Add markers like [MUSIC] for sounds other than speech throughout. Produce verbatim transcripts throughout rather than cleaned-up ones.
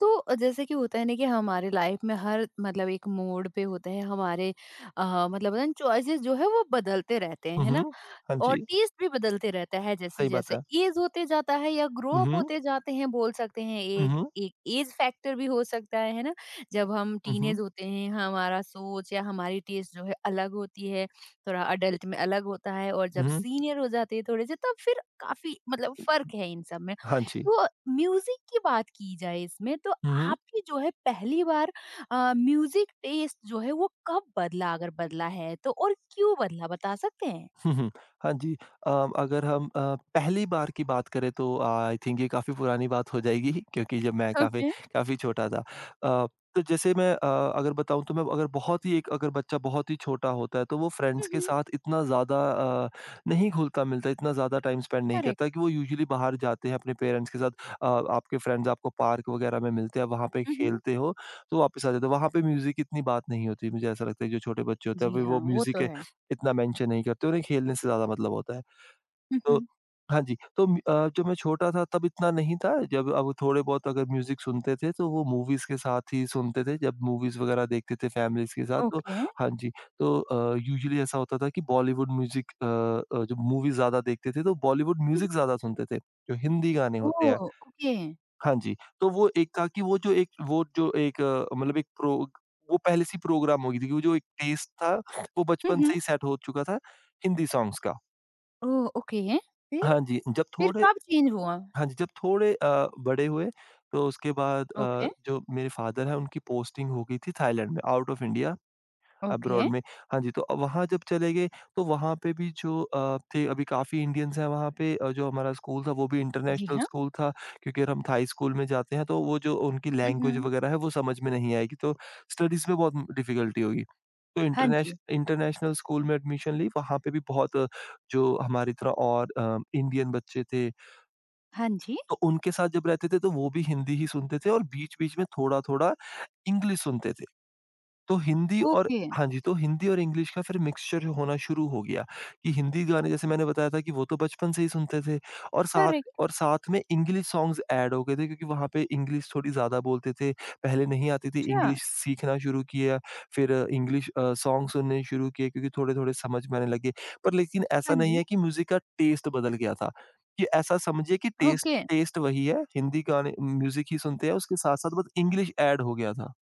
तो जैसे कि होता है ना कि हमारे लाइफ में हर मतलब एक मोड पे होता है हमारे, अ, मतलब चॉइसेस जो है वो बदलते रहते हैं, हुँ, है ना। हुँ। हाँ और जी, टेस्ट भी बदलते रहता है सही बात जैसे-जैसे है। ऐज होते जाता है या ग्रो हुँ, अप हुँ। होते जाते हैं, बोल सकते हैं हुँ, एक हुँ। एक ऐज फैक्टर भी हो सकता है, है ना? जब हम हुँ, टीनेज हुँ। होते हैं, हमारा सोच या हमारी टेस्ट जो है अलग होती है, थोड़ा अडल्ट में अलग होता है और हुँ, जब हुँ। सीनियर हो जाते हैं थोड़े से तब फिर काफ़ी मतलब फ़र्क है इन सब में। हाँ जी। तो म्यूज़िक की बात की जाए इसमें तो हुँ, हुँ। आपकी जो है पहली बार, अ, म्यूज़िक टेस्ट जो है वो कब बदला, अगर बदला है तो, और क्यों बदला बता सकते हैं? हुँ, हुँ। हाँ जी, अ, अगर हम अ, पहली बार की बात करें तो आई थिंक ये काफ़ी पुरानी बात हो जाएगी [LAUGHS] क्योंकि जब मैं काफ़ी ओके। काफ़ी छोटा था। अ, तो जैसे मैं अ, अगर बताऊँ तो मैं अगर बहुत ही एक अगर बच्चा बहुत ही छोटा होता है तो वो हुँ, फ्रेंड्स के हुँ। साथ इतना ज़्यादा अ, नहीं घुलता-मिलता, इतना ज़्यादा टाइम स्पेंड नहीं करेक्ट। करता कि वो यूजुअली बाहर जाते हैं अपने पेरेंट्स के साथ। अ, आपके फ्रेंड्स आपको पार्क वगैरह में मिलते हैं, वहाँ पे हुँ, हुँ। खेलते हो तो वापस आ जाते हो। वहाँ पे म्यूज़िक की इतनी बात नहीं होती, मुझे ऐसा लगता है जो छोटे बच्चे होते हैं, जी वे हाँ, वो वो तो म्यूज़िक है। इतना मेंशन नहीं करते, उन्हें खेलने से ज़्यादा मतलब होता है। हुँ, तो हुँ। हाँ जी, तो म अ, जब मैं छोटा था तब इतना नहीं था, जब अब थोड़े बहुत अगर म्यूज़िक सुनते थे तो वो मूवीज़ के साथ ही सुनते थे, जब मूवीज़ वगैरह देखते थे फैमिलीज़ के साथ तो ओके। हाँ जी, तो अ, यूजुअली ऐसा होता था कि बॉलीवुड म्यूज़िक अ अ, जो मूवीज़ ज़्यादा देखते थे तो बॉलीवुड हुँ, म्यूज़िक हुँ। ज़्यादा सुनते थे, जो हिंदी गाने ओह! होते हैं। ओके। हाँ जी, तो वो एक था कि वो जो एक वो जो एक अ, मतलब एक प्रो वो पहले से ही प्रोग्राम हो गई थी, वो जो एक टेस्ट था, वो हुँ, बचपन से हुँ। ही सेट हो चुका था हिंदी सॉन्ग्स का। ओह! ओके। फिर? हाँ जी, जब फिर थोड़े कब चेंज हुआ? हाँ जी, जब थोड़े अ, बड़े हुए तो उसके बाद अ, ओके, जो मेरे फादर हैं उनकी पोस्टिंग हो गई थी थाईलैंड में out of India. Okay. Abroad में। हाँ जी, तो वहाँ जब चले गए तो वहाँ पे भी जो अ, थे अभी काफ़ी इंडियंस हैं वहाँ पे, अ, जो हमारा स्कूल था वो भी जी इंटरनेशनल हाँ। स्कूल था क्योंकि अगर हम थाई स्कूल में जाते हैं तो वो जो उनकी हुँ, लैंग्वेज हुँ। वगैरह है वो समझ में नहीं आएगी, तो स्टडीज़ में बहुत डिफ़िकल्टी होगी। तो हाँ इंटरनेश जी। इंटरनेशनल स्कूल में एडमिशन ली, वहाँ पे भी बहुत अ, जो हमारी तरह और अ, इंडियन बच्चे थे, हाँ जी। तो उनके साथ जब रहते थे तो वो भी हिंदी ही सुनते थे और बीच-बीच में थोड़ा-थोड़ा इंग्लिश सुनते थे। तो हिंदी और ओके। हाँ जी, तो हिंदी और इंग्लिश का फिर मिक्सचर होना शुरू हो गया कि हिंदी गाने जैसे मैंने बताया था कि वो तो बचपन से ही सुनते थे और साथ करेक्ट। और साथ में इंग्लिश सॉन्ग्स ऐड हो गए थे क्योंकि वहाँ पे इंग्लिश थोड़ी ज़्यादा बोलते थे, पहले नहीं आती थी, अच्छा। इंग्लिश सीखना शुरू किया, फिर इंग्लिश अ, सॉन्ग सुनने शुरू किए क्योंकि थोड़े-थोड़े समझ में आने लगे। पर लेकिन ऐसा हाँ नहीं जी। है कि म्यूज़िक का टेस्ट बदल गया था, कि ऐसा समझिए कि टेस्ट ओके। टेस्ट वही है, हिंदी गाने म्यूज़िक ही सुनते हैं, उसके साथ-साथ बस इंग्लिश ऐड हो गया था।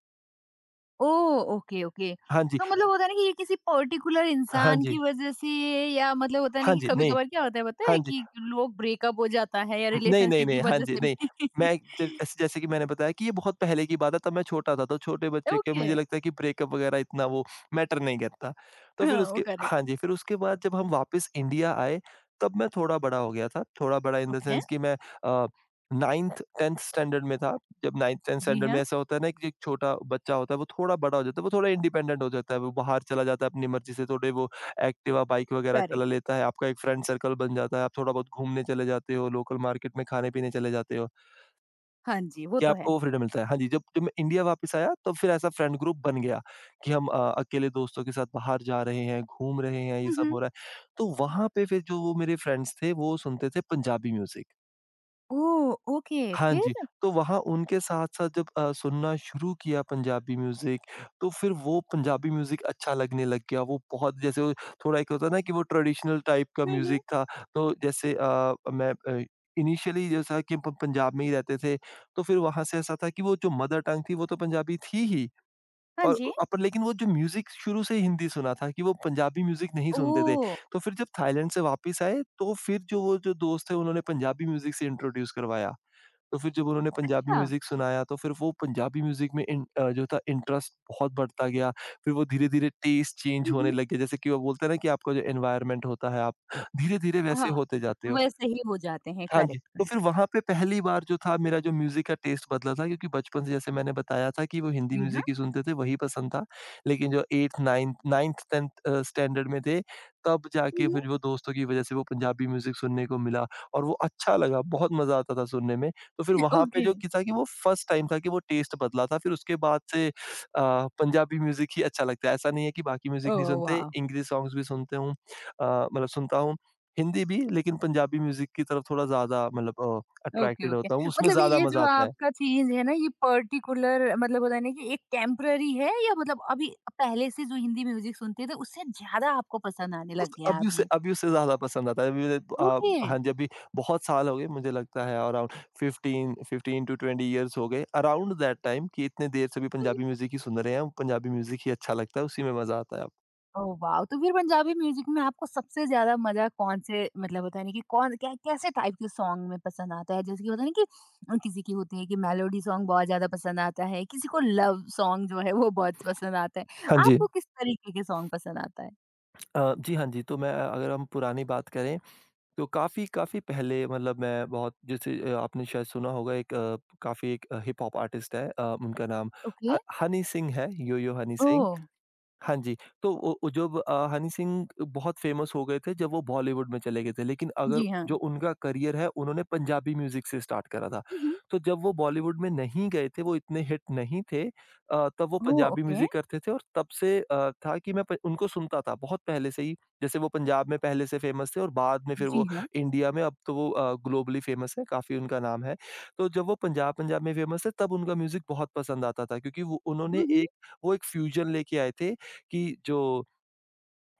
ओह! Okay, okay. हाँ जी, तो मतलब होता है ना कि ये किसी पर्टिकुलर हाँ इंसान जी। की वज़ह से या मतलब होता है ना हाँ कि जी, नहीं, कभी-कभार क्या होता है पता हाँ है जी। कि लोग ब्रेकअप हो जाता है या नहीं, नहीं, रिलेशनशिप की नहीं, हाँ वज़ह जी, से नहीं। भी। मैं ज [LAUGHS] ऐसे जैसे कि मैंने बताया कि ये बहुत पहले की बात है, तब मैं छोटा था, तो छोटे बच्चे के ओके। मुझे लगता है कि ब्रेकअप वगैरह इतना वो मैटर नहीं करता। तो फिर हाँ, वो उसके करेक्ट। हाँ जी, फिर उसके बाद जब हम वापस इंडिया आए, तब मैं थोड़ा बड़ा हो गया था। थोड़ा बड़ा इन द ओके। सेंस कि मैं अ, ninth tenth स्टैंडर्ड में था। जब ninth tenth जी स्टैंडर्ड हाँ। में ऐसा होता है ना कि एक छोटा बच्चा होता है, वो थोड़ा बड़ा हो जाता है, वो थोड़ा इंडिपेंडेंट हो जाता है, वो बाहर चला जाता है अपनी मर्ज़ी से, थोड़े वो एक्टिवा बाइक वगैरह चला करेक्ट। लेता है, आपका एक फ्रेंड सर्कल बन जाता है, आप थोड़ा बहुत घूमने चले जाते हो, लोकल मार्केट में खाने-पीने चले जाते हो, हाँ जी, वो कि तो है। आपको वो फ्रीडम मिलता है। हाँ जी, जब जब मैं इंडिया वापस आया तो फिर ऐसा फ्रेंड ग्रुप बन गया कि हम अ, अकेले दोस्तों के साथ बाहर जा रहे हैं, घूम रहे हैं, ये सब हम्म। हो रहा है। तो वहाँ पे फिर जो वो मेरे फ्रेंड्स थे, वो सुनते थे पंजाबी म्यूज़िक। ओ, ओके। हाँ फिर। जी, तो वहाँ उनके साथ-साथ जब अ, सुनना शुरू किया पंजाबी म्यूज़िक, तो फिर वो पंजाबी म्यूज़िक अच्छा लगने लग गया। वो बहुत जैसे वो थोड़ा एक होता है ना कि वो ट्रेडिशनल टाइप का हम्म। म्यूज़िक था, तो जैसे अ, मैं अ, इनिशियली जैसा कि प पंजाब में ही रहते थे, तो फिर वहाँ से ऐसा था कि वो जो मदर टंग थी, वो तो पंजाबी थी ही हाँ और जी। अपन लेकिन वो जो म्यूज़िक शुरू से हिंदी सुना था कि वो पंजाबी म्यूज़िक नहीं सुनते थे। ओ, तो फिर जब थाईलैंड से वापस आए, तो फिर जो वो जो दोस्त थे, उन्होंने पंजाबी म्यूज़िक से इंट्रोड्यूस करवाया। तो फिर जब उन्होंने पंजाबी अच्छा। म्यूज़िक सुनाया तो फिर वो पंजाबी म्यूज़िक में इन अ, जो था इंटरेस्ट बहुत बढ़ता गया। फिर वो धीरे-धीरे टेस्ट चेंज होने हम्म। लग गया जैसे कि वो बोलते हैं ना कि आपका जो एनवायरनमेंट होता है आप धीरे-धीरे वैसे हाँ, होते जाते हो। वैसे ही हो जाते हैं, हाँ जी, करेक्ट, तो करेक्ट। फिर वहाँ पे पहली बार जो था मेरा जो म्यूज़िक का टेस्ट बदला था, क्योंकि बचपन से जैसे मैंने बताया था कि वो हिंदी जी हाँ। म्यूज़िक ही सुनते थे, वही पसंद था। लेकिन जो eighth ninth ninth tenth uh, standard में थे, तब जाके हम्म। फिर वो दोस्तों की वज़ह से वो पंजाबी म्यूज़िक सुनने को मिला और वो अच्छा लगा, बहुत मज़ा आता था सुनने में। तो फिर [LAUGHS] वहाँ पे ओके। जो कि था कि वो फर्स्ट टाइम था कि वो टेस्ट बदला था, फिर उसके बाद से अ, पंजाबी म्यूज़िक ही अच्छा लगता है। ऐसा नहीं है कि बाकी म्यूज़िक ओ, नहीं सुनते, वाह। इंग्लिश सॉन्ग्स भी सुनते हूँ अ, मतलब सुनता हूँ। हिंदी भी, लेकिन पंजाबी म्यूज़िक की तरफ थोड़ा ज़्यादा मतलब अ, ओके, अट्रैक्टेड ओके। होता हूँ, उसमें मतलब ज़्यादा ये जो मज़ा आता है। आपका चीज है ना ये पर्टिकुलर, मतलब होता है ना कि एक टेम्पररी है, या मतलब अभी पहले से जो हिंदी म्यूजिक सुनते थे उससे ज्यादा आपको पसंद आने उस लग गया अभी अब उसे ये? अभी उसे ज़्यादा पसंद आता है। अभी मेरे अ, ओके। हाँ जी, अभी बहुत साल हो गए मुझे लगता है अराउंड 15 15 टू ट्वेंटी ईयर्स हो गए अराउंड दैट टाइम, कि इतने देर से भी पंजाबी म्यूज़िक ही सुन रहे हैं, पंजाबी म्यूज़िक ही अच्छा लगता है, उसी में मज़ा आता है अब। Oh, wow! तो फिर पंजाबी म्यूज़िक में आपको सबसे ज़्यादा मज़ा कौन से, मतलब होता है ना कि कौन कै कैसे टाइप के सॉन्ग में पसंद आता है? जैसे कि होता है ना कि अ, किसी की होती है कि मेलोडी सॉन्ग बहुत ज़्यादा पसंद आता है, किसी को लव सॉन्ग जो है वो बहुत पसंद आता है। हाँ जी। आपको किस तरीके के सॉन्ग पसंद आता है? अ, जी, हाँ जी, तो मैं अ, अगर हम पुरानी बात करें तो काफ़ी काफ़ी पहले मतलब मैं बहुत जैसे अ, आपने शायद सुना होगा एक अ, काफ़ी एक हिप हॉप आर्टिस्ट है, अ, उनका नाम ओके। ह हनी सिंह है, यो यो हनी सिंह। ओह! हाँ जी, तो वो वो जब अ, हनी सिंह बहुत फ़ेमस हो गए थे जब वो बॉलीवुड में चले गए थे, लेकिन अगर जी हाँ। जो उनका करियर है उन्होंने पंजाबी म्यूज़िक से स्टार्ट करा था। हुँ, हुँ। तो जब वो बॉलीवुड में नहीं गए थे, वो इतने हिट नहीं थे, अ, तब वो ओह! पंजाबी ओके। म्यूज़िक करते थे और तब से अ, था कि मैं प उनको सुनता था बहुत पहले से ही। जैसे वो पंजाब में पहले से फ़ेमस थे और बाद में फिर जी वो हाँ। इंडिया में, अब तो वो अ, ग्लोबली फ़ेमस हैं, काफ़ी उनका नाम है। तो जब वो पंजाब पंजाब में फ़ेमस थे तब उनका म्यूज़िक बहुत पसंद आता था, क्योंकि वो उन्होंने हुँ, हुँ। एक वो एक फ्यूज़न लेके आए थे कि जो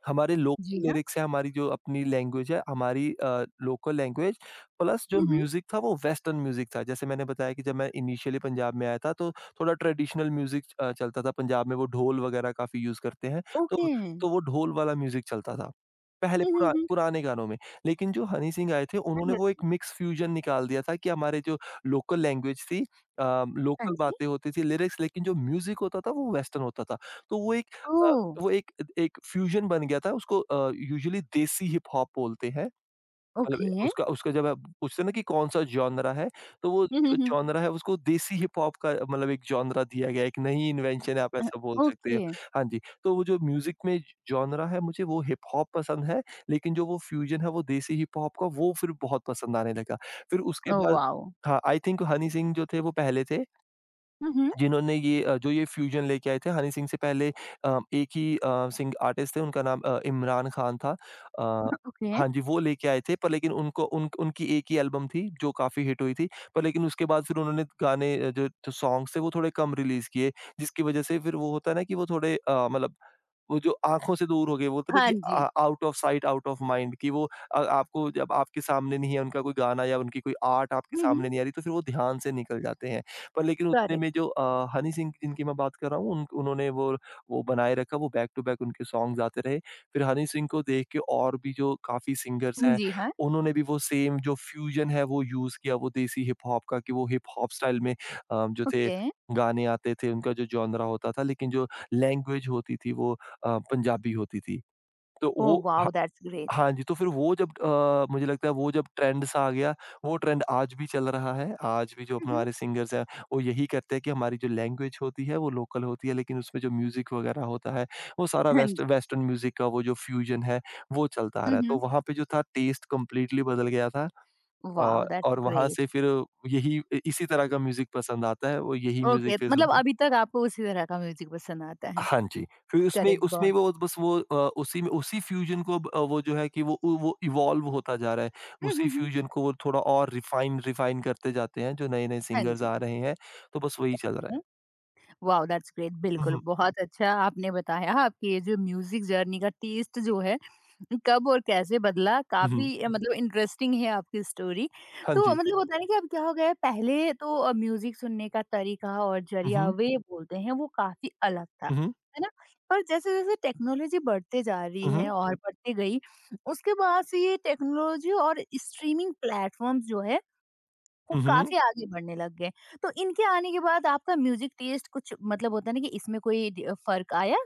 हमारे जी लोकल हाँ। लिरिक्स है, हमारी जो अपनी लैंग्वेज है, हमारी अ, लोकल लैंग्वेज प्लस जो हुँ, हुँ। म्यूज़िक था वो वेस्टर्न म्यूज़िक था। जैसे मैंने बताया कि जब मैं इनिशियली पंजाब में आया था तो थोड़ा ट्रेडिशनल म्यूज़िक अ, चलता था पंजाब में, वो ढोल वगैरह काफ़ी यूज़ करते हैं। तो ओके। तो वो ढोल वाला म्यूज़िक चलता था पहले हुँ, हुँ, पुरा हुँ। पुराने गानों में। लेकिन जो हनी सिंह आए थे उन्होंने वो अंडरस्टूड। एक मिक्स फ्यूज़न निकाल दिया था कि हमारे जो लोकल लैंग्वेज थी, अ, हाँ लोकल जी। बातें होती थी लिरिक्स, लेकिन जो म्यूज़िक होता था वो वेस्टर्न होता था। तो वो एक अ ओह! वो एक एक फ्यूजन बन गया था उसको, अ, यूजुअली देसी हिप-हॉप बोलते हैं। मतलब ओके। उसका उसका जब आप पूछते हैं ना कि कौन-सा जॉनरा है, तो वो हुँ, हुँ, जो हुँ। जॉनरा है उसको देसी हिप-हॉप का मतलब एक जॉनरा दिया गया है, एक नई इन्वेंशन है आप अ, ऐसा बोल सकते ओके। हो। हाँ जी, तो वो जो म्यूज़िक में जॉनरा है मुझे वो हिप-हॉप पसंद है, लेकिन जो वो फ्यूजन है वो देसी हिप-हॉप का वो फिर बहुत पसंद आने लगा। फिर उसके ओह बाद वाओ! हाँ, आई थिंक हनी सिंह जो थे वो पहले थे हुँ, हुँ। जिन्होंने ये अ, जो ये फ्यूजन लेके आए थे। हनी सिंह से पहले अ, एक ही अ, सिंग आर्टिस्ट थे, उनका नाम अ, इमरान खान था। अ, ओके। हाँ जी, वो लेके आए थे पर लेकिन उनको उन उनकी एक ही एल्बम थी जो काफ़ी हिट हुई थी। पर लेकिन उसके बाद फिर उन्होंने गाने, अ, जो जो सॉन्ग्स थे वो थोड़े कम रिलीज़ किए, जिसकी वज़ह से फिर वो होता है ना कि वो थोड़े अ, मतलब वो जो आँखों से दूर हो गए, बोलते हैं ना हाँ कि आ जी। Out of sight out of mind, कि वो अ, आपको जब आपके सामने नहीं है उनका कोई गाना या उनकी कोई आर्ट आपके हुँ, हुँ। सामने नहीं आ रही, तो फिर वो ध्यान से निकल जाते हैं। पर लेकिन उतने में करेक्ट। जो अ, हनी सिंह की जिनकी मैं बात कर रहा हूँ, उन उन्होंने वो वो बनाए रखा, वो बैक टू बैक उनके सॉन्ग्स आते रहे। फिर हनी सिंह को देख के और भी जो काफ़ी सिंगर्स हैं, जी हाँ, उन्होंने भी वो सेम जो फ्यूजन है वो यूज़ किया, वो देसी हिप-हॉप का कि वो हिप-हॉप स्टाइल में अ, जो थे ओके। गाने आते थे, उनका जो जॉनरा होता था, लेकिन जो लैंग्वेज होती थी वो अ, पंजाबी होती थी। तो ओह वो ह वाओ! That's great. हाँ जी, तो फिर वो जब अ, मुझे लगता है वो जब ट्रेंड सा आ गया, वो ट्रेंड आज भी चल रहा है। आज भी जो हुँ, अपने हुँ। हमारे सिंगर्स हैं, वो यही करते हैं कि हमारी जो लैंग्वेज होती है, वो लोकल होती है, लेकिन उसमें जो म्यूज़िक वगैरह होता है, वो सारा हाँ वेस्ट जी। वेस्टर्न म्यूज़िक का वो जो फ्यूज़न है, वो चलता आ हुँ, रहा है। तो हुँ। वहाँ पे जो था टेस्ट कंप्लीटली बदल गया था। अ, वाओ! दैट्स और वहाँ से ग्रेट। फिर यही इसी तरह का म्यूज़िक पसंद आता है, वो यही ओके, म्यूज़िक फिर मतलब सुनते हैं। अभी तक आपको उसी तरह का म्यूज़िक पसंद आता है। हाँ जी, फिर उसमें करेक्ट, उसमें बहुत। वो बस वो अ, उसी में उसी फ्यूज़न को अब अ, वो जो है कि वो उ वो इवॉल्व होता जा रहा है। हुँ, हुँ, उसी हुँ। फ्यूज़न को वो थोड़ा और रिफ़ाइन रिफ़ाइन करते जाते हैं, जो नए-नए हाँ सिंगर्स जी। आ रहे हैं, तो बस वही चल रहा है। Wow, that's great! हुँ, बिल्कुल, हुँ। बहुत अच्छा आपने बताया आपकी ये जो म्यूजिक जर्नी का टेस्ट जो है कब और कैसे बदला। हुँ, हुँ। काफी, अ, मतलब इंटरेस्टिंग है आपकी स्टोरी। हाँ तो जी। मतलब होता है ना कि अब क्या हो गया है, पहले तो अ, म्यूजिक सुनने का तरीका और हुँ, जरिया हुँ। वे बोलते हैं वो काफी अलग था, हुँ, हुँ। है ना। पर जैसे जैसे टेक्नोलॉजी बढ़ते जा रही हुँ, है और बढ़ते गई, उसके बाद से ये टेक्नोलॉजी और स्ट्रीमिंग प्लेटफॉर्म्स जो है वो हुँ। काफ़ी आगे बढ़ने लग गए। तो इनके आने के बाद आपका म्यूज़िक टेस्ट कुछ, मतलब होता है ना कि इसमें कोई ड फ़र्क आया?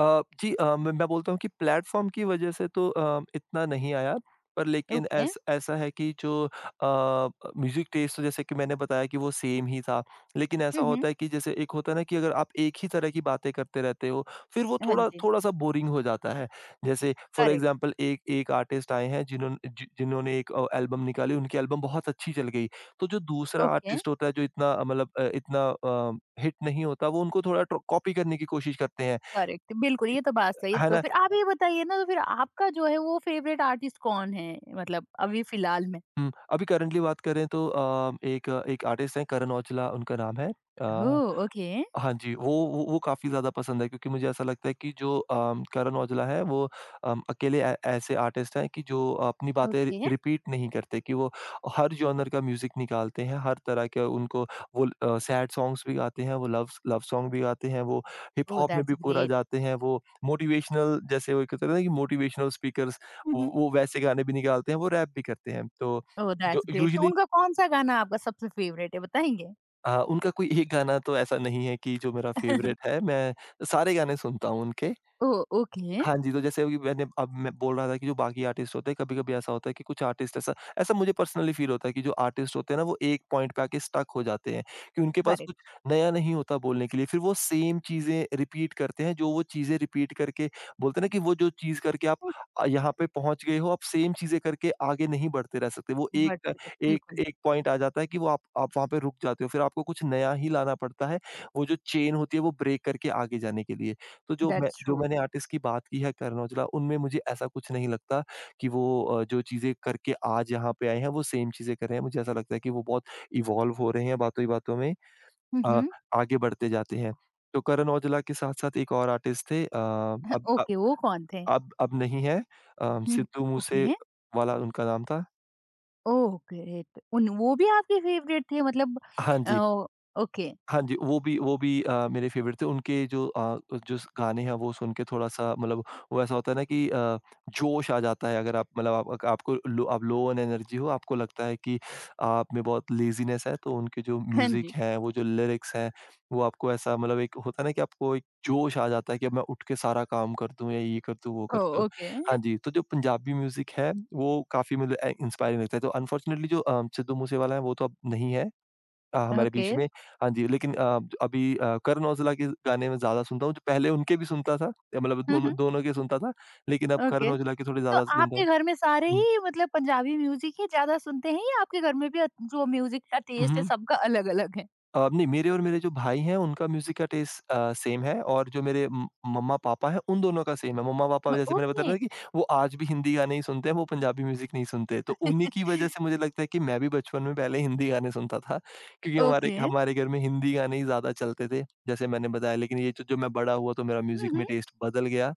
अ, जी, अ, मैं मैं बोलता हूँ कि प्लेटफ़ॉर्म की वज़ह से तो अ, इतना नहीं आया, पर लेकिन ओके। ऐस ऐसा है कि जो अ, म्यूज़िक टेस्ट जैसे कि मैंने बताया कि वो सेम ही था। लेकिन हुँ, ऐसा हुँ। होता है कि जैसे एक होता है ना कि अगर आप एक ही तरह की बातें करते रहते हो, फिर वो हाँ थोड़ा जी। थोड़ा-सा बोरिंग हो जाता है। जैसे फॉर करेक्ट। एग्ज़ाम्पल एक एक आर्टिस्ट आए हैं जिन्होंन जि जिन्होंने एक अ, एल्बम निकाली, उनकी एल्बम बहुत अच्छी चल गई। तो जो दूसरा ओके। आर्टिस्ट होता है जो इतना अ, मतलब, अ, इतना अ, हिट नहीं होता, वो उनको थोड़ा ट्र कॉपी करने की कोशिश करते हैं। करेक्ट। बिल्कुल, ये तो बात सही है। है तो ना? फिर आप ये बताइए ना, तो फिर आपका जो है वो फ़ेवरेट आर्टिस्ट कौन है? मतलब अभी फ़िलहाल में? हुँ, अभी करंटली बात करें तो अ, एक एक आर्टिस्ट हैं, करण औजला उनका नाम है। अ ओह! ओके, हाँ जी, वो वो वो काफ़ी ज़्यादा पसंद है क्योंकि मुझे ऐसा लगता है कि जो अम, करण औजला है, वो अम, अकेले ऐ ऐसे आर्टिस्ट हैं कि जो अपनी बातें रि ओके। रिपीट नहीं करते कि वो हर जॉनर का म्यूज़िक निकालते हैं, हर तरह के उनको वो अ, सैड सॉन्ग्स भी गाते हैं, वो लव्स लव सॉन्ग भी गाते हैं, वो हिप ओह! हॉप में दैट्स भी पूरा ग्रेट। जाते हैं, वो मोटिवेशनल जैसे वो कहते हैं ना कि मोटिवेशनल स्पीकर्स, हुँ, वो हुँ। वो वैसे गाने भी निकालते हैं, वो रैप भी करते हैं। तो ओह! जो दैट्स ग्रेट। तो यूजुअली उनका कौन-सा गाना आपका सबसे फ़ेवरेट है, बताएँगे? हाँ, उनका कोई एक गाना तो ऐसा नहीं है कि जो मेरा [LAUGHS] फ़ेवरेट है, मैं सारे गाने सुनता हूँ उनके। ओह! ओके। हाँ जी, तो जैसे अभी मैंने अब मैं बोल रहा था कि जो बाकी आर्टिस्ट होते हैं, कभी-कभी ऐसा होता है कि कुछ आर्टिस्ट ऐसा, ऐसा मुझे पर्सनली फ़ील होता है कि जो आर्टिस्ट होते हैं ना, वो एक पॉइंट पे आके स्टक हो जाते हैं कि उनके पास कुछ करेक्ट। नया नहीं होता बोलने के लिए। फिर वो सेम चीज़ें रिपीट करते हैं, जो वो चीज़ें रिपीट करके बोलते हैं ना कि वो जो चीज़ करके आप हुँ, अ, यहाँ पे पहुँच गए हो, आप सेम चीज़ें करके आगे नहीं बढ़ते रह सकते। वो बट एक एक बिल्कुल, एक पॉइंट आ जाता है कि वो आप आप वहाँ पे रुक जाते हो, फिर आपको कुछ नया ही लाना पड़ता है, वो जो चेन होती है, वो ब्रेक करके आगे जाने के लिए। तो जो मैं दैट्स ट्रू। जो मैंने आर्टिस्ट की बात की है, करण औजला, उनमें मुझे ऐसा कुछ नहीं लगता कि वो अ, जो चीज़ें करके आज यहाँ पे आए हैं, वो सेम चीज़ें कर रहे हैं। मुझे ऐसा लगता है कि वो बहुत इवॉल्व हो रहे हैं, बातों ही बातों में हुँ, अ, हुँ। आगे बढ़ते जाते हैं। तो करण औजला के साथ-साथ एक और आर्टिस्ट थे, अ, अब अ, ओके, वो कौन थे? अब अब नहीं है, अ, हुँ, हुँ। सिद्धू मूसे ओके, वाला उनका नाम था। Oh great! उन वो भी आपके फेवरेट थे मतलब? हाँ अ, जी। ओके। हाँ जी, वो भी वो भी अ, मेरे फ़ेवरेट थे। उनके जो अ, जो स- गाने हैं वो सुन के थोड़ा-सा, मतलब वो ऐसा होता है ना कि अ, जोश आ जाता है। अगर आप, मतलब आप आपको लो आप लो ऑन एनर्जी हो, आपको लगता है कि आप में बहुत लेज़ीनेस है तो उनके जो हाँ म्यूज़िक जी। है, वो जो लिरिक्स हैं, वो आपको ऐसा, मतलब एक होता है ना कि आपको एक जोश आ जाता है कि अब मैं उठ के सारा काम कर दूँ या ये कर दूँ, वो कर ओह, दूँ। ओके, हाँ जी, तो जो पंजाबी म्यूज़िक है वो काफ़ी, मतलब ए इंस्पायरिंग लगता है। तो अनफॉर्चुनेटली जो अ, सिद्धू मूसेवाला है वो तो अब नहीं है, अ, हमारे ओके। बीच में। हाँ जी, लेकिन अ, अभी अ, करण औजला के गाने मैं ज़्यादा सुनता हूँ, तो पहले उनके भी सुनता था, मतलब हुँ, हुँ, दोनों दोनों के सुनता था, लेकिन अब ओके। करण औजला के थोड़े तो ज़्यादा सुनता आपके हूँ। घर में सारे हुँ। ही मतलब पंजाबी म्यूज़िक ही ज़्यादा सुनते हैं, या आपके घर में भी अ, जो म्यूज़िक का हुँ, टेस्ट है हुँ। सबका अलग-अलग है? अ, नहीं, मेरे और मेरे जो भाई हैं, उनका म्यूज़िक का टेस्ट अ, सेम है और जो मेरे म मम्मा-पापा हैं, उन दोनों का सेम है। अ, मम्मा-पापा जैसे मैंने ओके, बताया था कि वो आज भी हिंदी गाने ही सुनते हैं, वो पंजाबी म्यूज़िक नहीं सुनते। तो उन्हीं की वजह से मुझे लगता है कि मैं भी बचपन में पहले हिंदी गाने सुनता था, क्योंकि हमारे ओके। हमारे घर में हिंदी गाने ही ज़्यादा चलते थे, जैसे मैंने बताया। लेकिन ये जो जो मैं बड़ा हुआ, तो मेरा हुँ, म्यूज़िक में हुँ, टेस्ट बदल गया,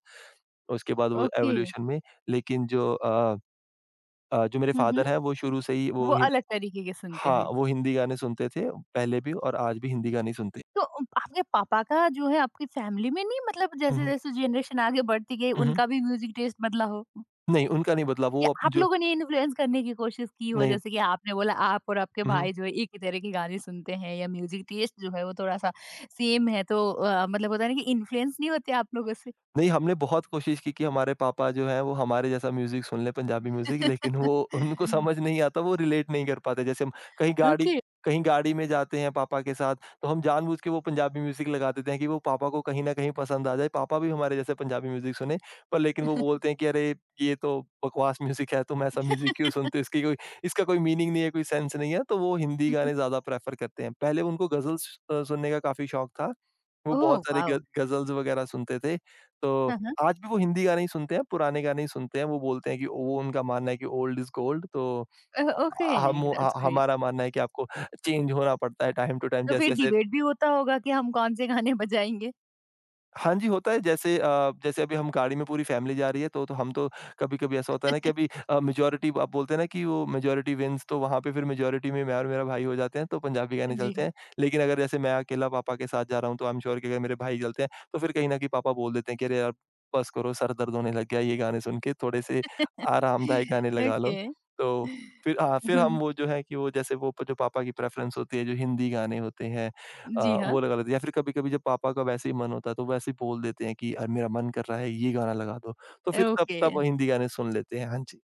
उसके बाद वो ओके। एवोल्यूशन में। लेकिन जो अ अ, जो मेरे हुँ, हुँ। फादर हैं, वो शुरू से ही वो वो हिन अलग तरीके के सुनते हाँ, हैं। वो हिंदी गाने सुनते थे पहले भी और आज भी हिंदी गाने ही सुनते हैं। तो अ, आपके पापा का जो है आपकी फैमिली में नहीं, मतलब हुँ, हुँ। जैसे-जैसे जनरेशन आगे बढ़ती गई हुँ, हुँ। उनका भी म्यूज़िक टेस्ट बदला हो? नहीं, उनका नहीं बदला। वो या अब आप जो लोगों ने इन्फ्लुएंस करने की कोशिश की हो, नहीं। जैसे कि आपने बोला आप और आपके हुँ, हुँ। भाई जो है एक ही तरह के गाने सुनते हैं या म्यूज़िक टेस्ट जो है वो थोड़ा-सा सेम है, तो अ, मतलब होता है ना कि इन्फ्लुएंस नहीं होते आप लोगों से? नहीं, हमने बहुत कोशिश की कि हमारे पापा जो हैं, वो हमारे जैसा म्यूज़िक सुन लें, पंजाबी म्यूज़िक, लेकिन वो [LAUGHS] उनको हुँ। समझ नहीं आता, वो रिलेट नहीं कर पाते। जैसे हम कहीं गाड़ी ओके। कहीं गाड़ी में जाते हैं पापा के साथ, तो हम जानबूझ के वो पंजाबी म्यूज़िक लगा देते हैं कि वो पापा को कहीं न कहीं पसंद आ जाए, पापा भी हमारे जैसे पंजाबी म्यूज़िक सुनें। पर लेकिन वो बोलते हैं कि, "अरे! ये तो बकवास म्यूज़िक है, तुम ऐसा म्यूज़िक क्यों सुनते हो? इसकी कोई इसका कोई मीनिंग नहीं है, कोई सेंस नहीं है।" तो वो हिंदी हुँ, हुँ। गाने ज़्यादा प्रेफ़र करते हैं। पहले उनको गज़ल्स अ, सुनने का काफ़ी शौक था। वो ओह बहुत सारे ग वाओ! गज़ल्स वग़ैरह सुनते थे। तो हाँ, हाँ। आज भी वो हिंदी गाने ही सुनते हैं, पुराने गाने ही सुनते हैं। वो बोलते हैं कि वो, उनका मानना है कि ओल्ड इज़ गोल्ड। तो अ, अ, ओके, हम ह दैट्स ग्रेट। हमारा मानना है कि आपको चेंज होना पड़ता है, टाइम टू टाइम तो फिर जैसे-जैसे डिबेट भी होता होगा कि हम कौन से गाने बजाएँगे? हाँ जी, होता है जैसे अ, जैसे अभी हम गाड़ी में पूरी फैमिली जा रही है तो तो हम तो कभी-कभी ऐसा होता है ना कि अभी अ, मेजॉरिटी, आप बोलते हैं ना कि वो मेजॉरिटी विन्स, तो वहाँ पे फिर मेजॉरिटी में मैं और मेरा भाई हो जाते हैं, तो पंजाबी गाने जी चलते हाँ। हैं। लेकिन अगर जैसे मैं अकेला पापा के साथ जा रहा हूँ तो आई एम श्योर कि अगर मेरे भाई चलते हैं, तो फिर कहीं न कहीं पापा बोल देते हैं कि, "अरे यार! बस करो, सर दर्द होने लग गया है ये गाने सुन के, थोड़े से [LAUGHS] आरामदायक गाने लगा ओके। लो।" तो फिर हाँ, फिर हम [LAUGHS] वो, जो है कि वो जैसे वो प जो पापा की प्रेफ़रेंस होती है, जो हिंदी गाने होते हैं, अ, जी हाँ। वो लगा लेते हैं या फिर कभी-कभी जब पापा का वैसे ही मन होता है, तो वैसे ही बोल देते हैं कि अ, मेरा मन कर रहा है ये गाना लगा दो, तो फिर तब ओके, तब हिंदी गाने सुन लेते हैं। हाँ जी।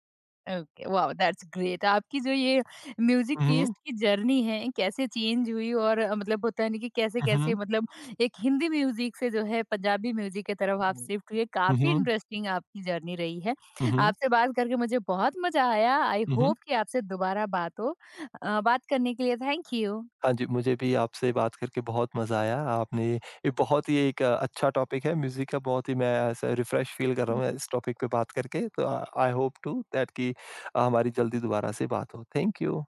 Okay, wow, that's great. आपकी जो ये म्यूज़िक हुँ, हुँ। टेस्ट की जर्नी है, कैसे चेंज हुई और अ, मतलब होता है ना कि हुँ, कैसे-कैसे हुँ। मतलब एक हिंदी म्यूज़िक से जो है पंजाबी म्यूज़िक की तरफ आप शिफ्ट हुए, हुँ, काफ़ी हुँ। इंटरेस्टिंग आपकी जर्नी रही है। हुँ, हुँ। आपसे बात करके मुझे बहुत मज़ा आया। आई हुँ, हुँ। होप कि आपसे दोबारा बात हो। अ, बात करने के लिए थैंक यू। हाँ जी, मुझे भी आपसे बात करके बहुत मज़ा आया। आपने ये बहुत ही एक अच्छा टॉपिक है म्यूज़िक का, बहुत ही मैं ऐसा रिफ्रेश फील कर रहा हूँ इस टॉपिक पे बात करके। तो आई होप टू दैट कि अ, हमारी जल्दी दोबारा से बात हो। Thank you.